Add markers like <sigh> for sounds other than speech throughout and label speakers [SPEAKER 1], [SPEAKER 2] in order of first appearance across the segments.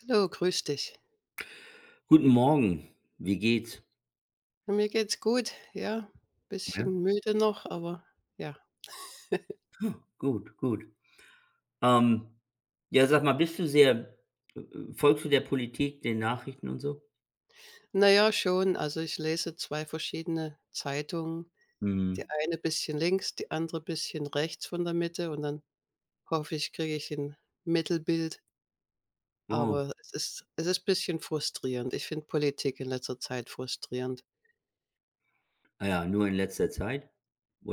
[SPEAKER 1] Hallo, grüß dich.
[SPEAKER 2] Guten Morgen, wie geht's?
[SPEAKER 1] Mir geht's gut, ja.
[SPEAKER 2] Ja,
[SPEAKER 1] Bisschen müde noch, aber ja.
[SPEAKER 2] gut, gut. Ähm, ja, sag mal, bist du sehr folgst du der Politik, den Nachrichten und so?
[SPEAKER 1] Na ja, schon. Also ich lese 2 verschiedene Zeitungen. Die
[SPEAKER 2] Mhm.
[SPEAKER 1] eine bisschen links, die andere bisschen rechts von der Mitte und dann hoffe ich, kriege ich ein Mittelbild.
[SPEAKER 2] Oh,
[SPEAKER 1] Aber es ist ein bisschen frustrierend. Ich finde Politik in letzter Zeit frustrierend.
[SPEAKER 2] ah ja, nur in letzter Zeit?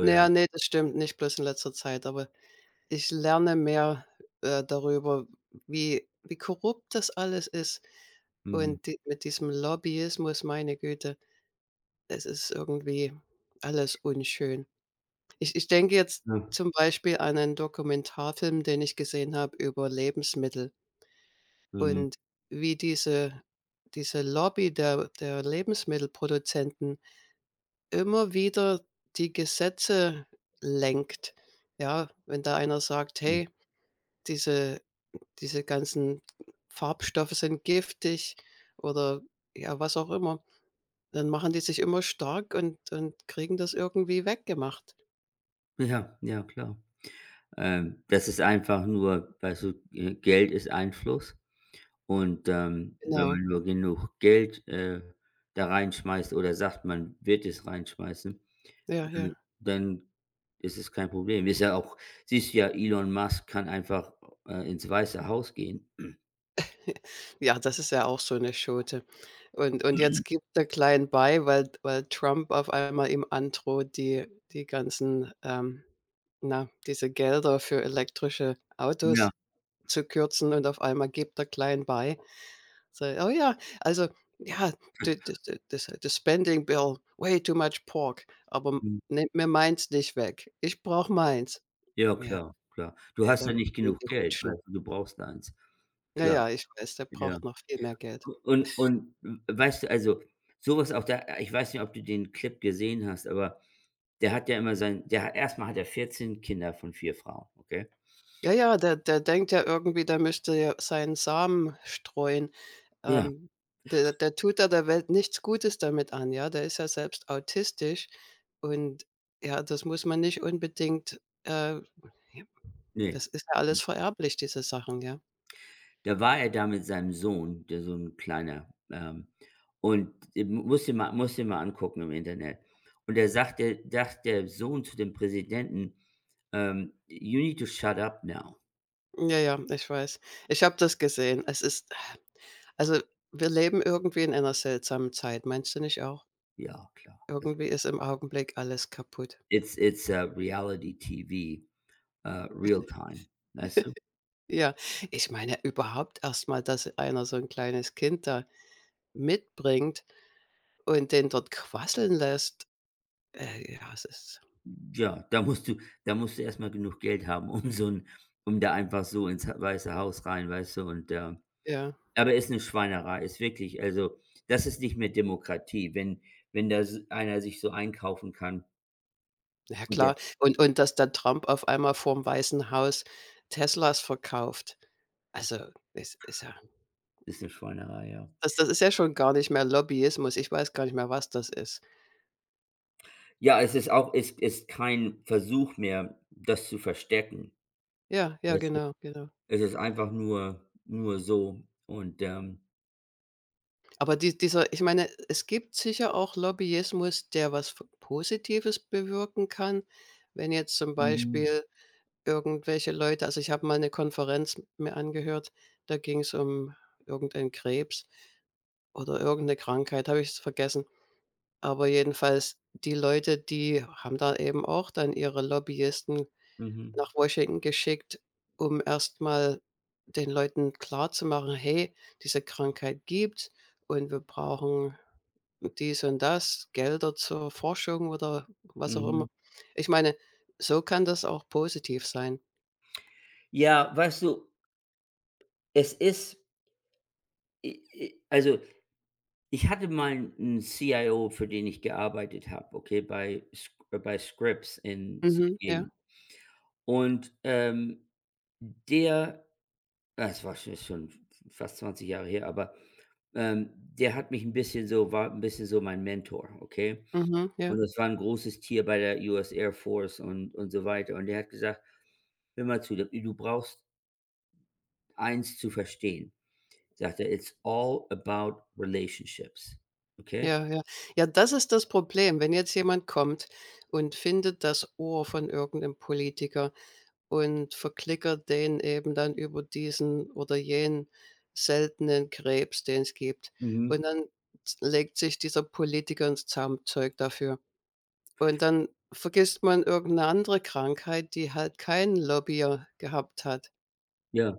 [SPEAKER 1] Na ja, ne, das stimmt nicht bloß in letzter Zeit, aber ich lerne mehr, darüber, wie korrupt das alles ist.
[SPEAKER 2] mhm,
[SPEAKER 1] Und die mit diesem Lobbyismus, meine Güte, es ist irgendwie alles unschön. Ich denke jetzt
[SPEAKER 2] ja,
[SPEAKER 1] zum Beispiel an einen Dokumentarfilm, den ich gesehen habe über Lebensmittel,
[SPEAKER 2] mhm,
[SPEAKER 1] und wie diese Lobby der Lebensmittelproduzenten immer wieder die Gesetze lenkt. Ja, wenn da einer sagt:
[SPEAKER 2] mhm.
[SPEAKER 1] „Hey, diese diese ganzen Farbstoffe sind giftig", oder ja, was auch immer. Dann machen die sich immer stark und kriegen das irgendwie weggemacht.
[SPEAKER 2] Ja, ja, klar. Das ist einfach nur weißt du, Geld ist Einfluss und, wenn
[SPEAKER 1] Genau.
[SPEAKER 2] man nur genug Geld, da reinschmeißt oder sagt, man wird es reinschmeißen.
[SPEAKER 1] Ja,
[SPEAKER 2] Äh,
[SPEAKER 1] ja.
[SPEAKER 2] Dann ist es kein Problem. Ist ja auch siehst du ja, Elon Musk kann einfach, ins Weiße Haus gehen.
[SPEAKER 1] <laughs> Ja, das ist ja auch so eine Schote. Und jetzt gibt er klein bei, weil Trump auf einmal ihm androht, die ganzen, na, diese Gelder für elektrische
[SPEAKER 2] Ja,
[SPEAKER 1] Autos zu kürzen, und auf einmal gibt er klein bei. So: „Oh ja, also, ja, d d d das das Spending Bill, way too much pork, aber
[SPEAKER 2] mhm.
[SPEAKER 1] nehmt mir meins nicht weg. Ich brauche meins."
[SPEAKER 2] Ja,
[SPEAKER 1] Ja.
[SPEAKER 2] klar, klar. Du
[SPEAKER 1] Ey,
[SPEAKER 2] hast
[SPEAKER 1] da
[SPEAKER 2] ja
[SPEAKER 1] geht
[SPEAKER 2] nicht
[SPEAKER 1] mir
[SPEAKER 2] genug
[SPEAKER 1] die
[SPEAKER 2] Geld,
[SPEAKER 1] Hutschnur.
[SPEAKER 2] weißt du, du brauchst eins.
[SPEAKER 1] Ja,
[SPEAKER 2] Klar,
[SPEAKER 1] ja, ich weiß, der
[SPEAKER 2] ja.
[SPEAKER 1] braucht noch viel mehr Geld.
[SPEAKER 2] U und weißt du, also, sowas auch da ich weiß nicht, ob du den Clip gesehen hast, aber der hat ja immer sein der hat erst hat er 14 Kinder von 4 Frauen, okay?
[SPEAKER 1] Ja, ja, der denkt ja irgendwie, der müsste ja seinen Samen streuen.
[SPEAKER 2] Ja,
[SPEAKER 1] Ähm, der tut da der Welt nichts Gutes damit an, ja? Der ist ja selbst autistisch, und ja, das muss man nicht unbedingt, äh ja,
[SPEAKER 2] ne.
[SPEAKER 1] das ist ja alles vererblich, diese Sachen, ja?
[SPEAKER 2] Da war er da mit seinem Sohn, der so ein kleiner, und den musst du dir mal musst du dir mal angucken im Internet. Und da sagt der Sohn zu dem Präsidenten, „You need to shut up now.“
[SPEAKER 1] Ja, ja, ich weiß. Ich habe das gesehen. Es ist, also, wir leben irgendwie in einer seltsamen Zeit, meinst du nicht auch?
[SPEAKER 2] Ja, klar. Also,
[SPEAKER 1] Irgendwie ist im Augenblick alles kaputt.
[SPEAKER 2] it's, reality TV, real time, weißt du?
[SPEAKER 1] Ja, ich meine überhaupt erstmal, dass einer so 'n kleines Kind da mitbringt und den dort quasseln lässt. Ja, es ist
[SPEAKER 2] Ja, da musst du erst mal genug Geld haben, um so 'n um da einfach so ins Weiße Haus rein, weißt du? Und,
[SPEAKER 1] ja,
[SPEAKER 2] aber ist eine Schweinerei, ist wirklich also, das ist nicht mehr Demokratie, wenn wenn da s einer sich so einkaufen kann.
[SPEAKER 1] na ja
[SPEAKER 2] Und der
[SPEAKER 1] klar. Und dass dann Trump auf einmal vorm Weißen Haus Teslas verkauft. Also, es ist ja,
[SPEAKER 2] ist eine Schweinerei, ja.
[SPEAKER 1] das ist ja schon gar nicht mehr Lobbyismus. Ich weiß gar nicht mehr, was das ist.
[SPEAKER 2] Ja, es ist auch es ist kein Versuch mehr, das zu verstecken.
[SPEAKER 1] Ja, ja,
[SPEAKER 2] Es ist
[SPEAKER 1] genau, genau.
[SPEAKER 2] es ist einfach nur nur so und,
[SPEAKER 1] Aber die dieser, ich meine, es gibt sicher auch Lobbyismus, der was f Positives bewirken kann, wenn jetzt zum
[SPEAKER 2] mhm,
[SPEAKER 1] Beispiel irgendwelche Leute, also, ich habe mal eine Konferenz mir angehört, da ging es um irgendeinen Krebs oder irgendeine Krankheit, habe ich jetzt vergessen. Aber jedenfalls die Leute, die haben da eben auch dann ihre Lobbyisten
[SPEAKER 2] mhm,
[SPEAKER 1] nach Washington geschickt, um erstmal den Leuten klarzumachen: „Hey, diese Krankheit gibt, und wir brauchen dies und das, Gelder zur Forschung" oder was auch immer.
[SPEAKER 2] mhm.
[SPEAKER 1] Ich meine, so kann das auch positiv sein.
[SPEAKER 2] Ja, weißt du, es ist i i also, ich hatte mal 'n CIO, für den ich gearbeitet habe, okay, bei Sc bei Scripps in San
[SPEAKER 1] Mhm. Ja.
[SPEAKER 2] Diego. Und, der das war schon schon fast 20 Jahre her, aber, der hat mich ein bisschen so war ein bisschen so mein Mentor, okay?
[SPEAKER 1] Mhm,
[SPEAKER 2] Und
[SPEAKER 1] ja,
[SPEAKER 2] das war ein großes Tier bei der US Air Force und so weiter. Und der hat gesagt: „Hör mal zu, du brauchst eins zu verstehen“, sagt er: „It's all about relationships“, okay?
[SPEAKER 1] ja, ja. Ja, das ist das Problem. Wenn jetzt jemand kommt und findet das Ohr von irgendeinem Politiker und verklickert den eben dann über diesen oder jenen seltenen Krebs, den es gibt. Und
[SPEAKER 2] Mhm.
[SPEAKER 1] dann z legt sich dieser Politiker ins Zaumzeug dafür. Und dann vergisst man irgendeine andere Krankheit, die halt keinen Lobbyer gehabt hat.
[SPEAKER 2] Ja.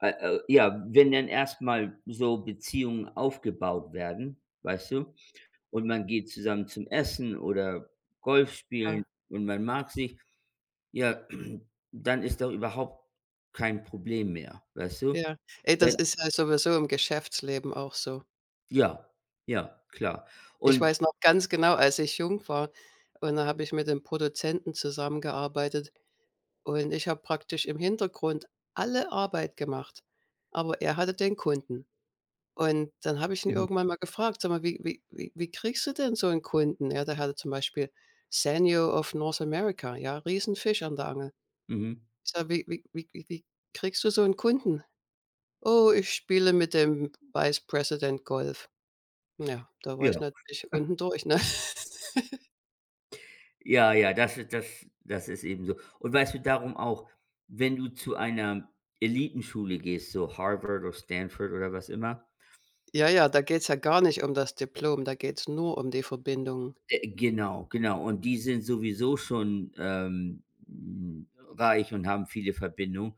[SPEAKER 2] Äh, ja, wenn dann erstmal so Beziehungen aufgebaut werden, weißt du? Und man geht zusammen zum Essen oder Golf
[SPEAKER 1] Ja,
[SPEAKER 2] spielen und man mag sich, ja, <clears throat> dann ist doch überhaupt kein Problem mehr, weißt du?
[SPEAKER 1] ja. Ey, das
[SPEAKER 2] Weil
[SPEAKER 1] ist ja sowieso im Geschäftsleben auch so.
[SPEAKER 2] ja, ja, klar.
[SPEAKER 1] Ich
[SPEAKER 2] Und
[SPEAKER 1] weiß noch ganz genau, als ich jung war, und da habe ich mit dem Produzenten zusammengearbeitet, und ich habe praktisch im Hintergrund alle Arbeit gemacht, aber er hatte den Kunden. Und dann habe ich ihn
[SPEAKER 2] mhm,
[SPEAKER 1] irgendwann mal gefragt: „Sag mal, wie kriegst du denn so einen Kunden?" Ja, der hatte zum Beispiel Sanyo of North America, ja, Riesenfisch an der Angel.
[SPEAKER 2] mhm,
[SPEAKER 1] Ich sage: „Wie kriegst du so einen Kunden?" „Oh, ich spiele mit dem Vice President Golf." Ja, da war ich
[SPEAKER 2] ja,
[SPEAKER 1] natürlich unten durch, ne? <laughs>
[SPEAKER 2] ja, ja, das ist das das ist eben so. Und weißt du, darum auch, wenn du zu einer Elitenschule gehst, so Harvard oder Stanford oder was immer.
[SPEAKER 1] Ja, ja, da geht's ja gar nicht um das Diplom, da geht's nur um die Verbindung.
[SPEAKER 2] Genau, genau. Und die sind sowieso schon, reich und haben viele Verbindungen.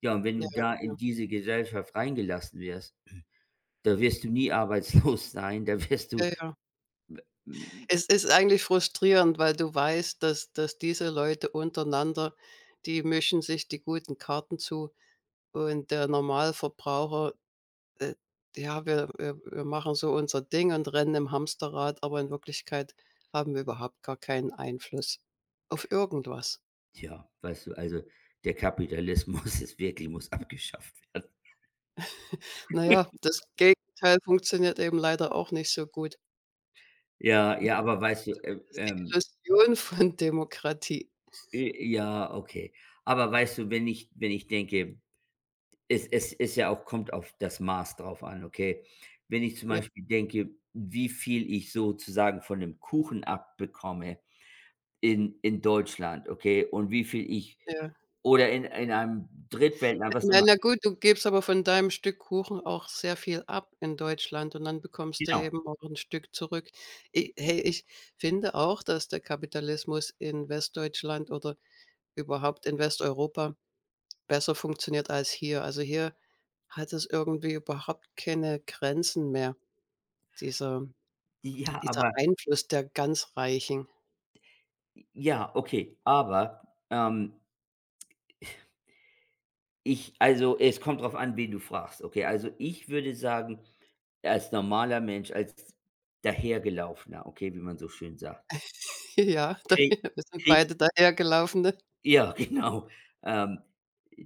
[SPEAKER 2] Ja, und wenn
[SPEAKER 1] Ja,
[SPEAKER 2] du da
[SPEAKER 1] ja,
[SPEAKER 2] in diese Gesellschaft reingelassen wirst, da wirst du nie arbeitslos <laughs> sein, da wirst
[SPEAKER 1] ja,
[SPEAKER 2] du
[SPEAKER 1] ja.
[SPEAKER 2] hm,
[SPEAKER 1] Es ist eigentlich frustrierend, weil du weißt, dass diese Leute untereinander, die mischen sich die guten Karten zu, und der Normalverbraucher, äh, ja, wir machen so unser Ding und rennen im Hamsterrad, aber in Wirklichkeit haben wir überhaupt gar keinen Einfluss auf irgendwas.
[SPEAKER 2] ja, weißt du, also, der Kapitalismus <laughs> ist wirklich muss abgeschafft werden.
[SPEAKER 1] Na ja, das Gegenteil funktioniert eben leider auch nicht so gut.
[SPEAKER 2] Ja,
[SPEAKER 1] Ja,
[SPEAKER 2] ja, aber
[SPEAKER 1] hast
[SPEAKER 2] weißt
[SPEAKER 1] du
[SPEAKER 2] du,
[SPEAKER 1] zumindest die Illusion von Demokratie.
[SPEAKER 2] ja, okay. Aber weißt du, wenn ich wenn ich denke. Es es ist ja auch kommt auf das Maß drauf an, okay? Wenn ich zum
[SPEAKER 1] Ja,
[SPEAKER 2] Beispiel denke, wie viel ich sozusagen von dem Kuchen abbekomme in Deutschland, okay, und wie viel ich
[SPEAKER 1] ja.
[SPEAKER 2] oder in einem Drittweltland, was
[SPEAKER 1] Na
[SPEAKER 2] immer.
[SPEAKER 1] na gut, du gibst aber von deinem Stück Kuchen auch sehr viel ab in Deutschland, und dann bekommst du
[SPEAKER 2] Genau.
[SPEAKER 1] eben auch 'n Stück zurück. I hey, ich finde auch, dass der Kapitalismus in Westdeutschland oder überhaupt in Westeuropa besser funktioniert als hier. Also, hier hat es irgendwie überhaupt keine Grenzen mehr, dieser
[SPEAKER 2] Ja,
[SPEAKER 1] dieser
[SPEAKER 2] aber
[SPEAKER 1] Einfluss der ganz Reichen.
[SPEAKER 2] ja, okay, aber, ich also, es kommt drauf an, wen du fragst, okay? Also, ich würde sagen, als normaler Mensch, als Dahergelaufener, okay, wie man so schön sagt,
[SPEAKER 1] <laughs> Ja, da,
[SPEAKER 2] krieg
[SPEAKER 1] wir sind
[SPEAKER 2] krieg
[SPEAKER 1] beide dahergelaufene,
[SPEAKER 2] ja, <laughs> genau. Ähm,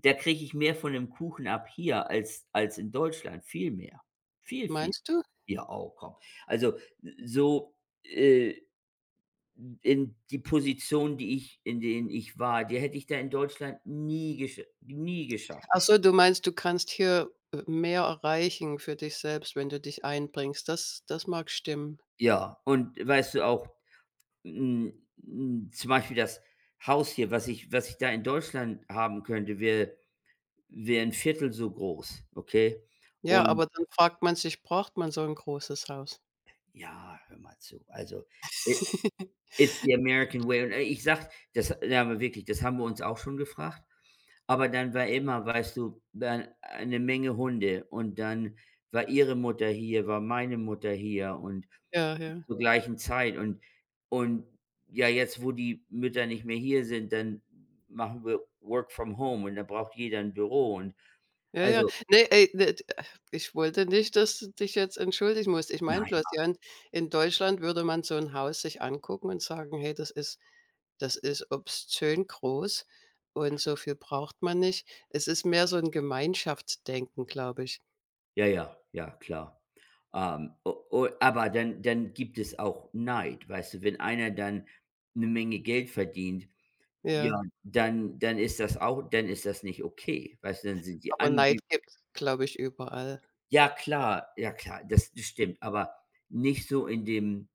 [SPEAKER 2] da kriege ich mehr von dem Kuchen ab hier als als in Deutschland, viel mehr. Viel, viel
[SPEAKER 1] meinst du?
[SPEAKER 2] mehr. Ja, oh, komm. Also, so, äh, in die Position, die ich in denen ich war, die hätte ich da in Deutschland nie gesch nie
[SPEAKER 1] Ach
[SPEAKER 2] geschafft.
[SPEAKER 1] so, du meinst, du kannst hier, mehr erreichen für dich selbst, wenn du dich einbringst. Das mag stimmen.
[SPEAKER 2] Ja, und weißt du auch, zum Beispiel das Haus hier, was ich da in Deutschland haben könnte, wäre wäre ein Viertel so groß, okay?
[SPEAKER 1] Ja,
[SPEAKER 2] Und
[SPEAKER 1] aber dann fragt man sich, braucht man so ein großes Haus?
[SPEAKER 2] ja, hör mal zu. Also, i
[SPEAKER 1] <laughs>
[SPEAKER 2] it's the American way. Und, ich sag das ja, aber wirklich, das haben wir uns auch schon gefragt. Aber dann war immer, weißt du, dann eine Menge Hunde und dann war ihre Mutter hier, war meine Mutter hier und
[SPEAKER 1] Ja, ja.
[SPEAKER 2] zur gleichen Zeit und ja, jetzt, wo die Mütter nicht mehr hier sind, dann machen wir Work from Home und da braucht jeder ein Büro und
[SPEAKER 1] Ja, ja.
[SPEAKER 2] also
[SPEAKER 1] Ne, ey, ne, d ich wollte nicht, dass du dich jetzt entschuldigen musst. Ich meine
[SPEAKER 2] nein.
[SPEAKER 1] bloß, ja, in Deutschland würde man so ein Haus sich angucken und sagen: „Hey, das ist obszön groß, und so viel braucht man nicht." Es ist mehr so ein Gemeinschaftsdenken, glaube ich.
[SPEAKER 2] Ja, ja, ja, klar. O o aber dann dann gibt es auch Neid, weißt du? Wenn einer dann eine Menge Geld verdient, ja,
[SPEAKER 1] Ja.
[SPEAKER 2] dann dann ist das auch dann ist das nicht okay, weißt du? Dann sind die
[SPEAKER 1] Aber
[SPEAKER 2] ange
[SPEAKER 1] Neid gibt's, glaube ich, überall.
[SPEAKER 2] ja klar, ja klar, das das stimmt, aber nicht so in dem,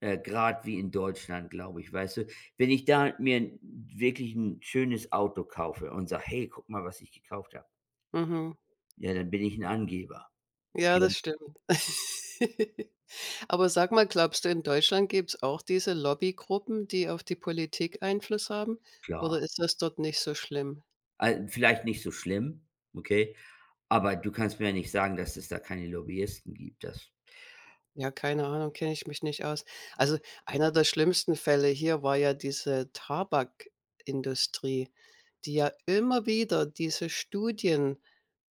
[SPEAKER 2] Grad wie in Deutschland, glaube ich, weißt du? Wenn ich da mir 'n wirklich ein schönes Auto kaufe und sage: „Hey, guck mal, was ich gekauft habe.“
[SPEAKER 1] Mhm.
[SPEAKER 2] Ja, dann bin ich ein Angeber,
[SPEAKER 1] Ja,
[SPEAKER 2] okay,
[SPEAKER 1] das stimmt. <laughs> Aber sag mal, glaubst du, in Deutschland gibt's auch diese Lobbygruppen, die auf die Politik Einfluss haben? Oder
[SPEAKER 2] klar.
[SPEAKER 1] ist das dort nicht so schlimm?
[SPEAKER 2] Al vielleicht nicht so schlimm, okay? Aber du kannst mir ja nicht sagen, dass es da keine Lobbyisten gibt. Das
[SPEAKER 1] Ja, keine Ahnung, kenne ich mich nicht aus. Also, einer der schlimmsten Fälle hier war ja diese Tabakindustrie, die ja immer wieder diese Studien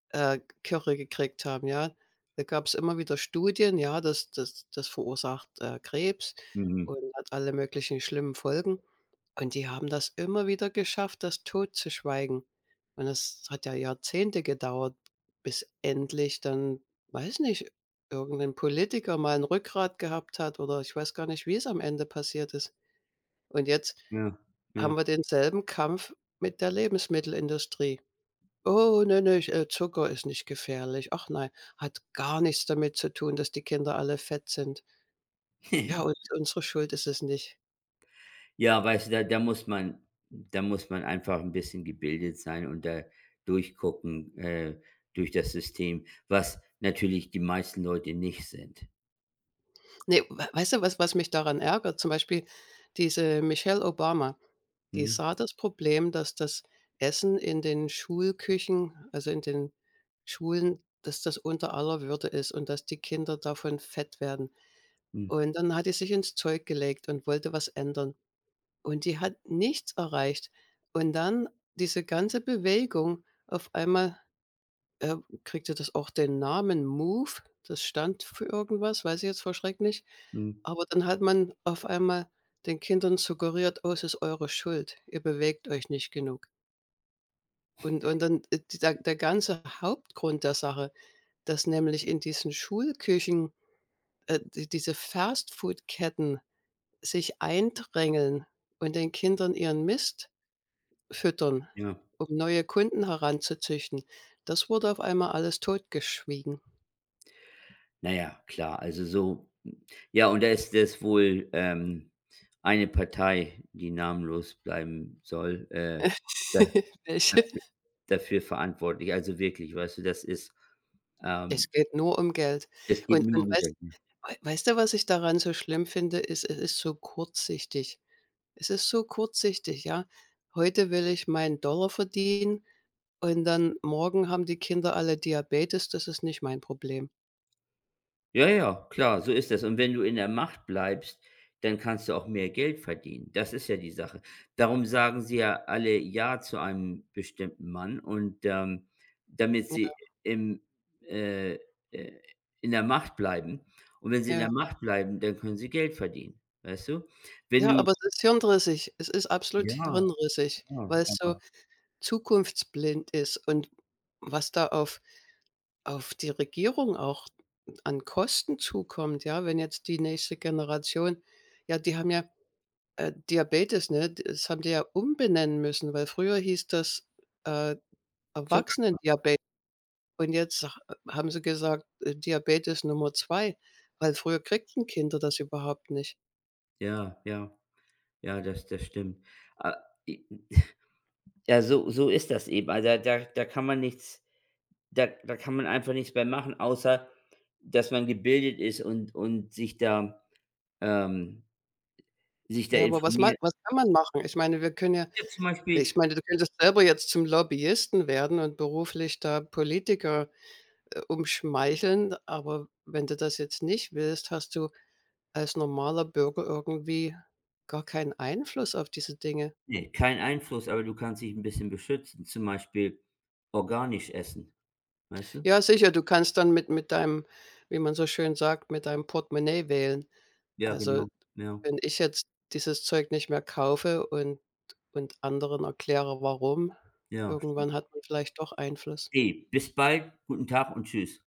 [SPEAKER 1] Curry gekriegt haben, ja. Da gab es immer wieder Studien, ja, das verursacht, Krebs,
[SPEAKER 2] mhm,
[SPEAKER 1] und hat alle möglichen schlimmen Folgen. Und die haben das immer wieder geschafft, das totzuschweigen. Und das hat ja Jahrzehnte gedauert, bis endlich dann, weiß nicht, irgendein Politiker mal ein Rückgrat gehabt hat, oder ich weiß gar nicht, wie es am Ende passiert ist. Und jetzt
[SPEAKER 2] ja,
[SPEAKER 1] haben
[SPEAKER 2] ja,
[SPEAKER 1] wir denselben Kampf mit der Lebensmittelindustrie. Oh, ne, ne, ich Zucker ist nicht gefährlich. Ach nein, hat gar nichts damit zu tun, dass die Kinder alle fett sind.
[SPEAKER 2] <laughs>
[SPEAKER 1] Ja,
[SPEAKER 2] ja.
[SPEAKER 1] und unsere Schuld ist es nicht.
[SPEAKER 2] Ja, weißt du, da da muss man einfach ein bisschen gebildet sein und da durchgucken, durch das System, was natürlich die meisten Leute nicht sind.
[SPEAKER 1] Ne, we weißt du, was mich daran ärgert? Zum Beispiel diese Michelle Obama, die
[SPEAKER 2] Mhm,
[SPEAKER 1] sah das Problem, dass das Essen in den Schulküchen, also in den Schulen, dass das unter aller Würde ist und dass die Kinder davon fett werden.
[SPEAKER 2] mhm,
[SPEAKER 1] Und dann hat die sich ins Zeug gelegt und wollte was ändern. Und die hat nichts erreicht. Und dann diese ganze Bewegung, auf einmal, äh, kriegte das auch den Namen Move. Das stand für irgendwas, weiß ich jetzt vor Schreck nicht.
[SPEAKER 2] mhm,
[SPEAKER 1] Aber dann hat man auf einmal den Kindern suggeriert: „Oh, es ist eure Schuld. Ihr bewegt euch nicht genug." Und dann, der ganze Hauptgrund der Sache, dass nämlich in diesen Schulküchen, diese Fastfood-Ketten sich eindrängeln und den Kindern ihren Mist füttern,
[SPEAKER 2] ja.
[SPEAKER 1] um neue Kunden heranzuzüchten. Das wurde auf einmal alles totgeschwiegen.
[SPEAKER 2] Naja, klar, also so ja, und da ist es wohl, eine Partei, die namenlos bleiben soll, da
[SPEAKER 1] <laughs> Welche
[SPEAKER 2] dafür verantwortlich. Also wirklich, weißt du, das ist Ähm,
[SPEAKER 1] es geht nur um Geld.
[SPEAKER 2] es geht
[SPEAKER 1] Und
[SPEAKER 2] nur
[SPEAKER 1] und
[SPEAKER 2] um
[SPEAKER 1] weißt
[SPEAKER 2] Geld, ne?
[SPEAKER 1] wei weißt du, was ich daran so schlimm finde, ist, es ist so kurzsichtig. Es ist so kurzsichtig, ja. Heute will ich meinen Dollar verdienen, und dann morgen haben die Kinder alle Diabetes, das ist nicht mein Problem.
[SPEAKER 2] Ja, ja, klar, so ist das. Und wenn du in der Macht bleibst, dann kannst du auch mehr Geld verdienen. Das ist ja die Sache. Darum sagen sie ja alle ja zu einem bestimmten Mann und, damit sie
[SPEAKER 1] Ja,
[SPEAKER 2] im, äh, äh, in der Macht bleiben. Und wenn sie in
[SPEAKER 1] ja.
[SPEAKER 2] der Macht bleiben, dann können sie Geld verdienen, weißt du? Wenn
[SPEAKER 1] Ja,
[SPEAKER 2] du
[SPEAKER 1] aber es ist hirnrissig. Es ist absolut
[SPEAKER 2] ja,
[SPEAKER 1] hirnrissig,
[SPEAKER 2] ja,
[SPEAKER 1] weil es so
[SPEAKER 2] aber
[SPEAKER 1] zukunftsblind ist, und was da auf die Regierung auch an Kosten zukommt, ja? Wenn jetzt die nächste Generation, ja, die haben ja, Diabetes, ne? D das haben die ja umbenennen müssen, weil früher hieß das, äh,
[SPEAKER 2] Zucker.
[SPEAKER 1] Erwachsenendiabetes, und jetzt ha haben sie gesagt, Diabetes Nummer 2, weil früher kriegten Kinder das überhaupt nicht.
[SPEAKER 2] Ja, ja, ja, das das stimmt. Ah, i ja, so so ist das eben. Also, da da da kann man nichts da da kann man einfach nichts mehr machen, außer dass man gebildet ist und ähm, sich da
[SPEAKER 1] Ja, aber was ma
[SPEAKER 2] informiert.
[SPEAKER 1] was kann man machen? Ich meine, wir können ja,
[SPEAKER 2] Ja, zum
[SPEAKER 1] ich
[SPEAKER 2] Beispiel
[SPEAKER 1] meine, du könntest selber jetzt zum Lobbyisten werden und beruflich da Politiker umschmeicheln, aber wenn du das jetzt nicht willst, hast du als normaler Bürger irgendwie gar keinen Einfluss auf diese Dinge.
[SPEAKER 2] ne, kein Einfluss, aber du kannst dich ein bisschen beschützen, zum Beispiel organisch essen, weißt du?
[SPEAKER 1] Ja, sicher, du kannst dann mit deinem, wie man so schön sagt, mit deinem Portemonnaie wählen.
[SPEAKER 2] Ja,
[SPEAKER 1] Also,
[SPEAKER 2] genau. Ja,
[SPEAKER 1] wenn ich jetzt dieses Zeug nicht mehr kaufe und anderen erkläre, warum,
[SPEAKER 2] ja, stimmt.
[SPEAKER 1] irgendwann hat man vielleicht doch Einfluss.
[SPEAKER 2] Okay, bis bald, guten Tag und tschüss.